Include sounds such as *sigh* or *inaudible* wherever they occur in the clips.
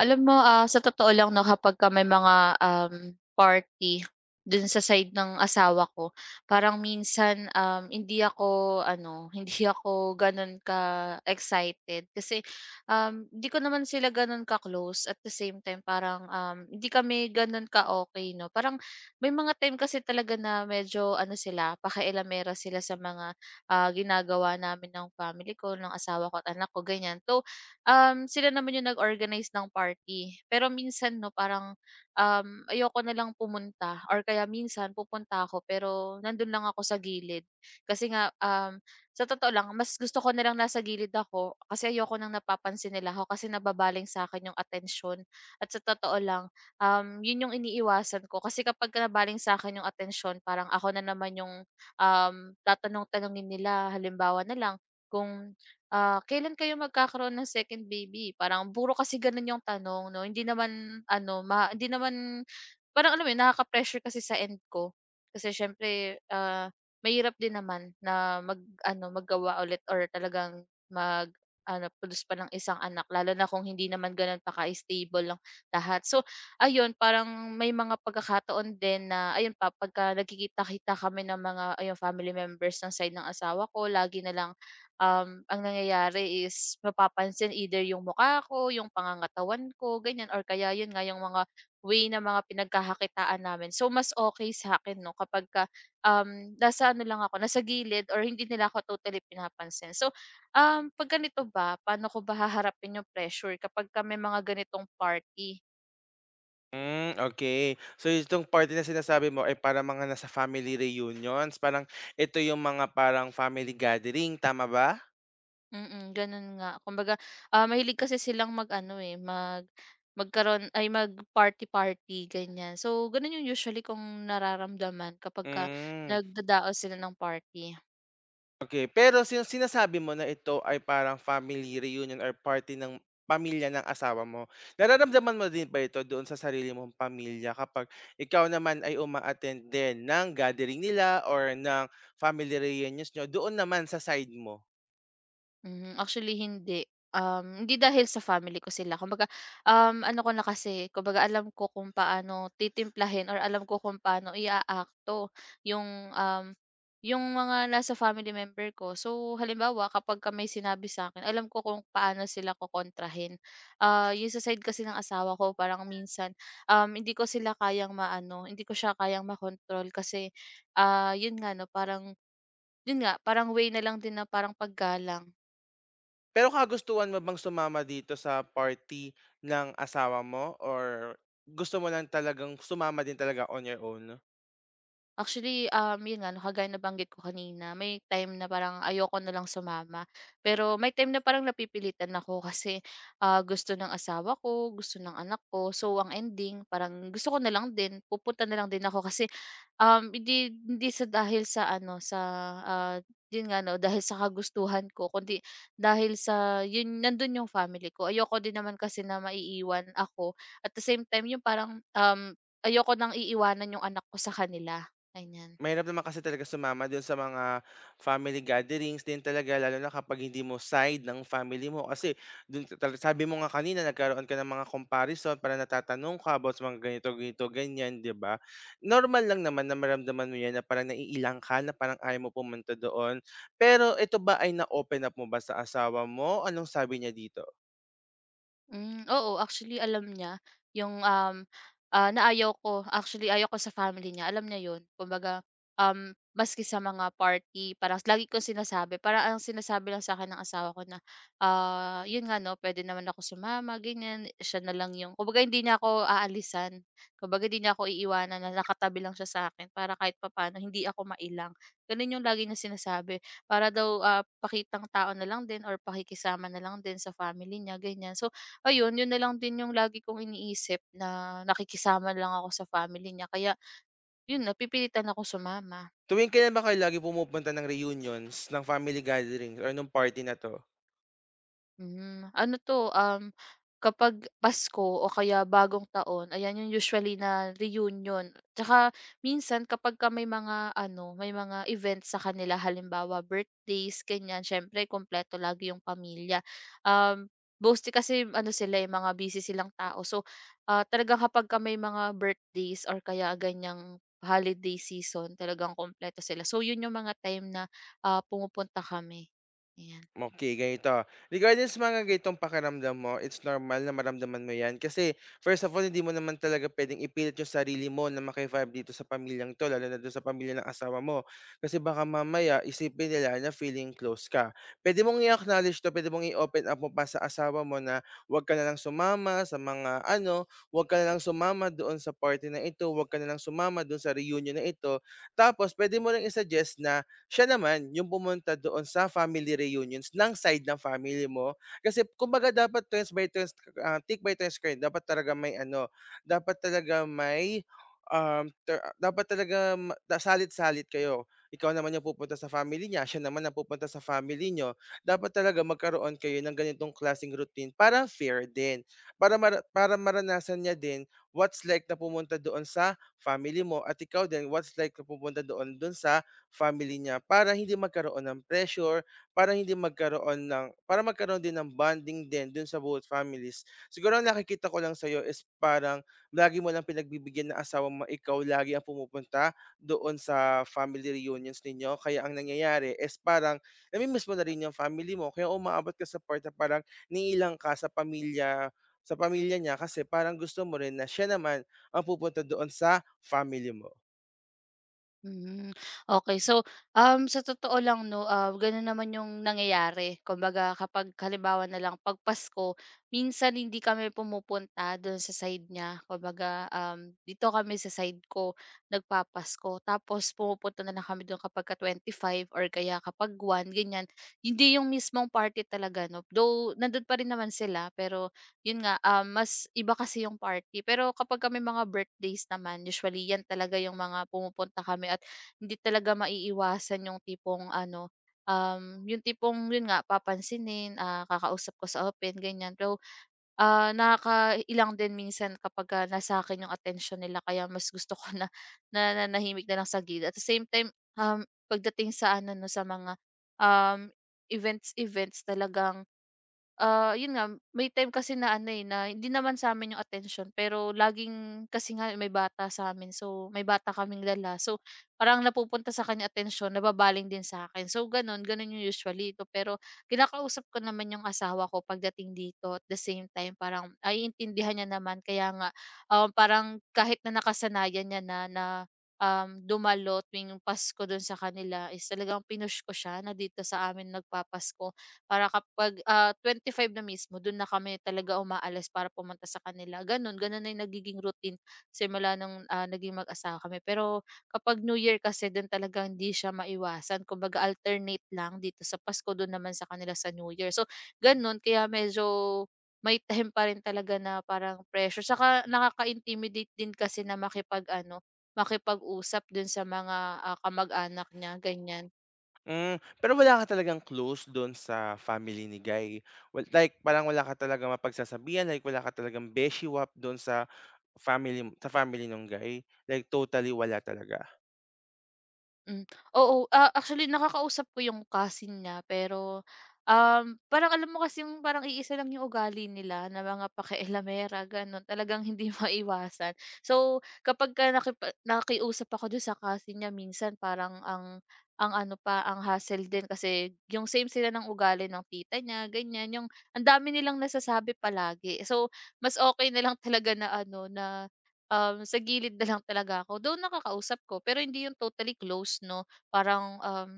Alam mo, sa totoo lang 'no, kapagka may mga, party dun sa side ng asawa ko, parang minsan, hindi ako ano, *laughs* hindi ako gano'n ka-excited. Kasi, hindi ko naman sila gano'n ka-close, at the same time parang, hindi kami gano'n ka okay 'no. Parang may mga time kasi talaga na medyo ano sila, pakialamera sila sa mga, ginagawa namin ng family ko, ng asawa ko at anak ko, ganyan. So, sila naman yung nag-organize ng party. Pero minsan 'no parang, ayoko na lang pumunta or kaya minsan pupunta ako pero nandun lang ako sa gilid. Kasi nga, sa totoo lang mas gusto ko na lang nasa gilid ako kasi ayoko ng napapansin nila ako kasi nababaling sa akin yung attention. At sa totoo lang, yun yung iniiwasan ko kasi kapag ka sa akin yung attention parang ako na naman yung, um, tatanong-tanungin nila. Halimbawa na lang kung "Kailan kayo magkakaroon ng second baby?" Parang puro kasi ganun yung tanong 'no, hindi naman ano, hindi naman parang alam mo yun, nakaka-pressure kasi sa end ko. Kasi siyempre, mahirap din naman na mag-ano, maggawa ulit or talagang mag-ano, produce pa ng isang anak lalo na kung hindi naman ganun pa ka-stable lang lahat. So ayun, parang may mga pagkakataon din na ayun pa, pagka nagkikita-kita kami ng mga ayun, family members ng side ng asawa ko, lagi na lang ang nangyayari is mapapansin either yung mukha ko, yung pangangatawan ko, ganyan or kaya yun nga yung mga way na mga pinagkakakitaan namin. So mas okay sa akin 'no kapag ka, nasa ano lang ako, nasa gilid or hindi nila ako totally pinapansin. So, 'pag ganito ba, paano ko ba haharapin yung pressure kapag ka may mga ganitong party? Hmm, okay. So itong party na sinasabi mo ay para mga nasa family reunions, parang ito yung mga parang family gathering, tama ba? Mm, gano'n nga. Kumbaga, mahilig kasi silang mag-ano, magkaroon ay mag-party-party, ganyan. So, gano'n 'yung usually kung nararamdaman kapagka Hmm, nagdadao sila ng party. okay. Pero sinasabi mo na ito ay parang family reunion or party ng pamilya ng asawa mo. Nararamdaman mo din ba ito doon sa sarili mong pamilya kapag ikaw naman ay uma-attend din ng gathering nila or ng family reunions niyo doon naman sa side mo? Mhm, actually hindi. Hindi dahil sa family ko sila kumbaga, ano ko na kasi, kumbaga alam ko kung paano titimplahin or alam ko kung paano iaakto yung, um, yung mga nasa family member ko. So, halimbawa kapagka may sinabi sa'kin alam ko kung paano sila kokontrahin. Yung sa side kasi ng asawa ko parang minsan, hindi ko sila kayang maano, hindi ko siya kayang makontrol kasi, yun nga 'no parang yun nga, parang way na lang din na parang paggalang. Pero kagustuhan mo bang sumama dito sa party ng asawa mo or gusto mo lang talagang sumama din talaga on your own? Actually, yun nga 'no, kagaya nabanggit ko kanina, may time na parang ayoko na lang sumama. Pero may time na parang napipilitan ako *laughs* kasi, gusto ng asawa ko, gusto ng anak ko. So, ang ending parang gusto ko na lang din, pupunta na lang din ako *laughs* kasi. Um, hindi hindi sa dahil sa ano, sa, ah, yun nga 'no, dahil sa kagustuhan ko kundi dahil sa yun nandun yung family ko. Ayoko din naman kasi na maiiwan ako at the same time yung parang, ayoko nang iiwanan yung anak ko sa kanila, ganiyan. Mahirap naman kasi talaga sumama dun sa mga family gatherings din talaga lalo na kapag hindi mo side ng family mo kasi dun ta tal sabi mo nga kanina, nagkaroon ka ng mga comparison, parang natatanong ka about sa mga ganito, ganito, ganyan, 'di ba? Normal lang naman na maramdaman mo 'yan na parang naiilang ka, na parang ayaw mo pumunta doon. Pero ito ba ay na-open up mo ba sa asawa mo? Anong sabi niya dito? Hmm, oo actually alam niya yung, na ayaw ko actually ayaw ko sa family niya alam niya yun. Kumbaga, um, maski sa mga party parang lagi kong sinasabi para ang sinasabi lang sa akin ng asawa ko na, yun nga 'no puwede naman ako sumama ganyan, siya na lang yung kumbaga hindi niya ako aalisan. Kumbaga hindi niya ako iiwanan na nakatabi lang siya sa akin para kahit papaano hindi ako mailang. Ganun yung lagi niya sinasabi para daw, pakitang tao na lang din or pakikisama na lang din sa family niya ganyan. So, ayun, yun na lang din yung lagi kong iniisip na nakikisama lang ako sa family niya kaya yun napipilitan ako sumama. Tuwing kailan ba kayo lagi pumupunta ng reunions, ng family gatherings, or nung party na 'to? Ano 'to, kapag Pasko o kaya Bagong Taon, ayan yung usually na reunion. Tsaka minsan kapagka may mga ano, may mga events sa kanila, halimbawa birthdays, ganyan, siyempre kompleto lagi yung pamilya. Um, Mostly kasi ano sila, mga busy silang tao. So, talagang kapagka may mga birthdays or kaya ganyang holiday season, talagang kompleto sila. So, yun yung mga time na, pumupunta kami. Okey, ganito. Regarding sa mga ganitong pakiramdam mo, it's normal na maramdaman mo 'yan kasi first of all, hindi mo naman talaga pwedeng ipilit yung sarili mo na maki-vibe dito sa pamilyang 'to, lalo na dun sa pamilya ng asawa mo. Kasi baka mamaya isipin nila na feeling close ka. Puwede mong i-acknowledge 'to, puwede mong i-open up mo pa sa asawa mo na huwag ka na lang sumama sa mga ano, huwag ka na lang sumama doon sa party na ito, huwag ka na lang sumama doon sa reunion na ito. Tapos, puwede mo ring i-suggest na siya naman yung pumunta doon sa family reunions ng side ng family mo. Kasi kumbaga dapat turns by turns, take by turns kayo. Dapat talaga may ano, dapat talaga may um, ter- dapat talaga ma- da- salit-salit kayo. Ikaw naman yung pupunta sa family niya, siya naman ang pupunta sa family niyo. Dapat talaga magkaroon kayo ng ganitong klaseng routine para fair din. Para maranasan niya din what's like na pumunta doon sa family mo, at ikaw din what's like na pumunta doon doon sa family niya, para hindi magkaroon ng pressure, para magkaroon din ng bonding din dun sa both families. Siguro ang nakikita ko lang sa'yo is parang lagi mo lang pinagbibigyan na asawa mo, ikaw lagi ang pumupunta doon sa family reunions ninyo. Kaya ang nangyayari is parang namimiss mo na rin yung family mo. Kaya umaabot ka sa part na parang niilang ka sa pamilya niya, kasi parang gusto mo rin na siya naman ang pupunta doon sa family mo. Hmm, okay. So, sa totoo lang 'no, gano'n naman yung nangyayari. Kumbaga kapag halimbawa na lang 'pag Pasko, minsan hindi kami pumupunta do'n sa side niya. Kumbaga, dito kami sa side ko nagpapasko, tapos pumupunta na lang kami do'n 25 or kaya kapag one ganiyan. Hindi yung mismong party talaga 'no, though nando'n pa rin naman sila pero yun nga, mas iba kasi yung party. Pero kapag may mga birthdays naman usually yan talaga yung mga pumupunta kami at hindi talaga maiiwasan yung tipong yun nga papansinin, kakausap ko sa open ganyan. Pero, nakakailang din minsan kapagka nasa akin yung attention nila kaya mas gusto ko na *laughs* nananahimik na lang sa gilid. At the same time, um, pagdating sa ano 'no, sa mga, um, events events talagang. Yun nga, may time kasi na ano, na hindi naman sa amin yung attention pero laging kasi nga may bata sa amin so may bata kaming dala. So, parang napupunta sa kanya atensyon, nababaling din sa akin. So gano'n, gano'n yung usually ito. Pero kinakausap ko naman yung asawa ko pagdating dito at the same time parang naiintindihan niya naman kaya nga, parang kahit na nakasanayan niya na na, um, dumalo tuwing Pasko dun sa kanila is talagang pinush ko siya na dito sa amin nagpapasko para kapag, five na mismo dun na kami talaga umaalis para pumunta sa kanila, ganun. Ganun na yung nagiging routine simula nung, naging mag-asawa kami. Pero kapag New Year kasi dun talaga hindi siya maiwasan, kumbaga alternate lang dito sa Pasko, dun naman sa kanila sa New Year. So ganun, kaya medyo may time pa rin talaga na parang pressure. Saka nakaka-intimidate din kasi na makipag-ano, makipag-usap dun sa mga, kamag-anak niya, ganyan. Hmm, pero wala ka talagang close dun sa family ni Guy? Well, like parang wala ka talagang mapagsasabihan, like wala ka talagang beshiwap dun sa family ng Guy? Like totally wala talaga? Hmm, oo, actually nakakausap ko yung cousin niya pero, parang alam mo kasi yung parang iisa lang yung ugali nila na mga pakialamera gano'n, talagang hindi *laughs* maiwasan. So, kapagka nakiusap ako do'n sa cousin niya minsan parang ang ano pa, ang hassle din kasi yung same sila ng ugali ng tita niya ganyan, yung ang dami nilang nasasabi palagi. So, mas okay na lang *laughs* talaga na ano na. Sa gilid na lang talaga ako, though nakakausap ko pero hindi yung totally close 'no, parang,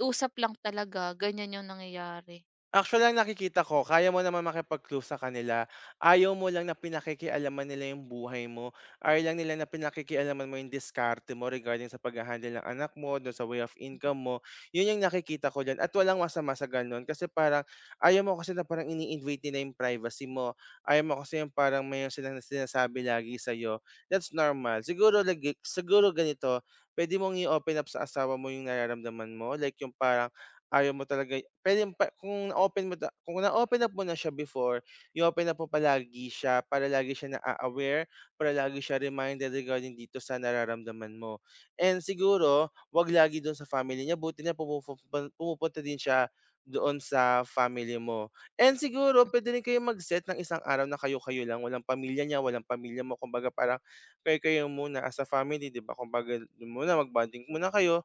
usap lang talaga ganiyan 'yung nangyayari. Actually, ang nakikita ko kaya mo naman makipag-close sa kanila. Ayaw mo lang na pinakikialaman nila yung buhay mo. Ayaw lang nila na pinakikialaman mo yung diskarte mo regarding sa pagha-handle ng anak mo, dun sa way of income mo. Yun yung nakikita ko diyan, at walang masama sa ganun kasi parang ayaw mo kasi na parang ini-invade nila yung privacy mo. Ayaw mo kasi yung parang mayro'n silang sinasabi lagi sa'yo. That's normal. Siguro lagi, siguro ganito, puwede mong i-open up sa asawa mo yung nararamdaman mo, like yung parang ayaw mo talaga. Puwedeng pa kung na-open up mo na siya before, i-open up mo palagi siya, para lagi siya na aware, para lagi siya reminded regarding dito sa nararamdaman mo. And siguro, 'wag lagi dun sa family niya, buti na pumupunta din siya doon sa family mo. And siguro, puwede rin kayong mag-set ng isang araw na kayo-kayo lang, walang pamilya niya, walang pamilya mo, kumbaga parang kayo-kayo muna as a family, 'di ba? Kumbaga dun muna, mag-bonding muna kayo.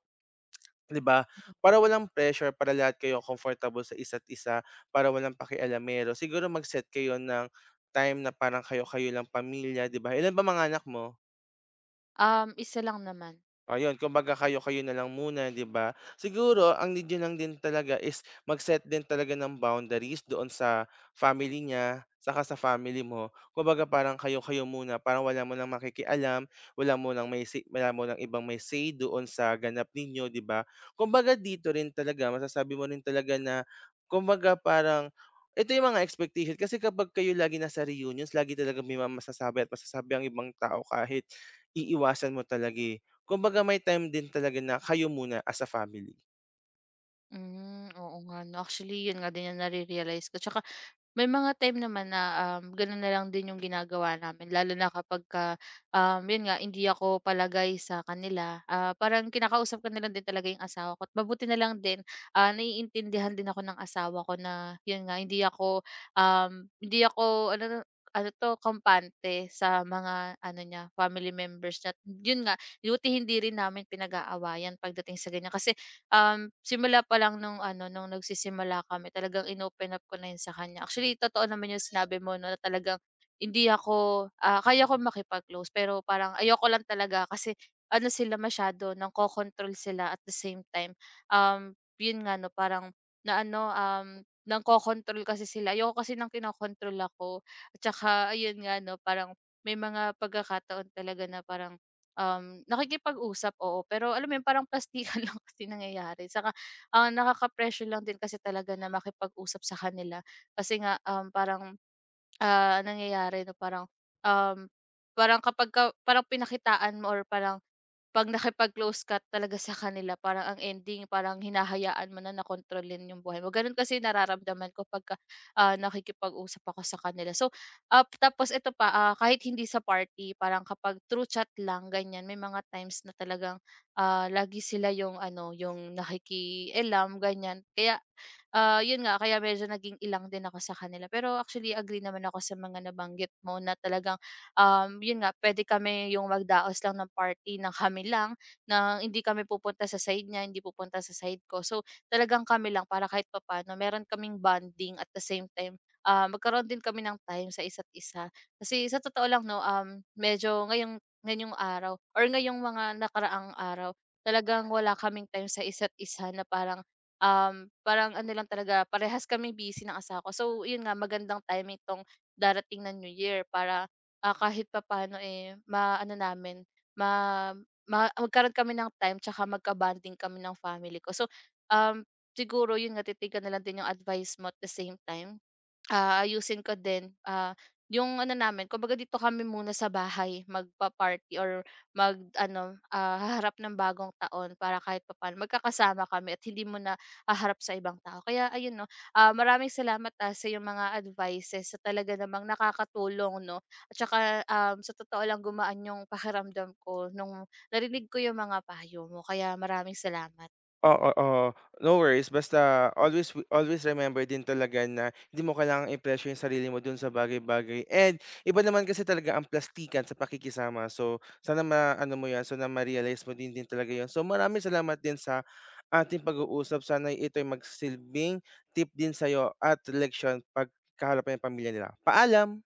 'Di ba? Para walang pressure, para lahat kayo comfortable sa isa't isa, para walang pakialamero. Siguro mag-set kayo ng time na parang kayo-kayo lang pamilya, 'di ba? Ilan ba mga anak mo? Isa lang naman. Ayun, kumbaga kayo-kayo na lang muna, 'di ba? Siguro ang need niyo lang din talaga is mag-set din talaga ng boundaries doon sa family niya, saka sa family mo. Kumbaga parang kayo-kayo muna, parang wala mo nang makikialam, wala mo nang may say, wala mo nang ibang may say doon sa ganap ninyo, 'di ba? Kumbaga dito rin talaga masasabi mo rin talaga na, kumbaga parang ito yung mga expectation, kasi kapag kayo lagi nasa reunions, lagi talaga may mga masasabi at masasabi ang ibang tao kahit iiwasan mo talaga, eh. Kumbaga may time din talaga na kayo muna as a family. Hmm, oo nga 'no, actually 'yun nga din 'yung nare-realize ko 'tsaka may mga time naman na, gano'n na lang din yung ginagawa namin lalo na kapagka, yun nga hindi ako palagay sa kanila, parang kinakausap ko na lang din talaga yung asawa ko at mabuti na lang din, naiintindihan din ako ng asawa ko na yun nga um, hindi ako ano na ano 'to kampante sa mga ano niya family members niya. Yun nga buti hindi rin namin pinag-aawayan pagdating sa ganyan kasi. Simula pa lang nung ano, nung nagsisimula kami talagang inopen open up ko na yun sa kanya. Actually, totoo naman yung sinabi mo 'no, na talagang hindi ako, kaya ko makipag-close pero parang ayoko lang talaga kasi ano sila masyado nangkokontrol sila at the same time, yun nga 'no, parang na ano, nangkokontrol kasi sila. Ayoko kasi ng kinokontrol ako at saka ayun nga 'no, parang may mga pagkakataon talaga na parang. Nakikipag-usap, oo, pero alam mo yun parang plastikan *laughs* lang kasi nangyayari saka, nakaka-pressure lang din kasi talaga na makipag-usap sa kanila kasi nga, parang, nangyayari na parang, um, parang kapagka parang pinakitaan mo or parang 'pag nakipag-close ka talaga sa kanila parang ang ending parang hinahayaan mo na na kontrolin yung buhay mo, gano'n kasi nararamdaman ko pagka, nakikipag-usap ako sa kanila. So, tapos ito pa, kahit hindi sa party parang kapag through chat lang ganyan may mga times na talagang, lagi sila yung ano, yung nakikialam ganyan. Kaya, 'yun nga kaya medyo naging ilang din ako sa kanila. Pero actually agree naman ako sa mga nabanggit mo na talagang yun nga puwede kami yung magdaos lang ng party ng kami lang, na hindi kami pupunta sa side niya, hindi pupunta sa side ko. So, talagang kami lang para kahit papaano meron kaming bonding at the same time, magkaroon din kami ng time sa isa't isa. Kasi sa totoo lang 'no, medyo ngayong ngayong araw or ngayong mga nakaraang araw, talagang wala kaming time sa isa't isa na parang, parang ano lang talaga parehas kami busy ng asawa ko. So, yun nga magandang timing 'tong darating na New Year para. Kahit papaano, maano namin, ma ma magkaroon kami ng time tsaka magka-bonding kami ng family ko. So, um, siguro yun nga titigan na lang din yung advice mo at the same time. Ayusin ko din, yung ano namin kumbaga dito kami muna sa bahay magpa-party or mag-ano, haharap ng bagong taon para kahit papaano magkakasama kami at hindi mo na haharap sa ibang tao. Kaya ayun 'no, maraming salamat, sa yung mga advices sa talaga namang nakakatulong 'no at saka, sa totoo lang gumaan yung pakiramdam ko nung narinig ko yung mga payo mo. Kaya maraming salamat. Oo, oo. No worries, basta always always remember din talaga na hindi mo kailangang i-pressure yung sarili mo dun sa bagay-bagay, and iba naman kasi talaga ang plastikan sa pakikisama. So, sana ma ano mo 'yan, sana ma-realize mo din din talaga 'yun. So, maraming salamat din sa ating pag-uusap. Sana ito'y magsilbing tip din sa'yo at leksiyon 'pag kaharap mo pamilya nila. Paalam.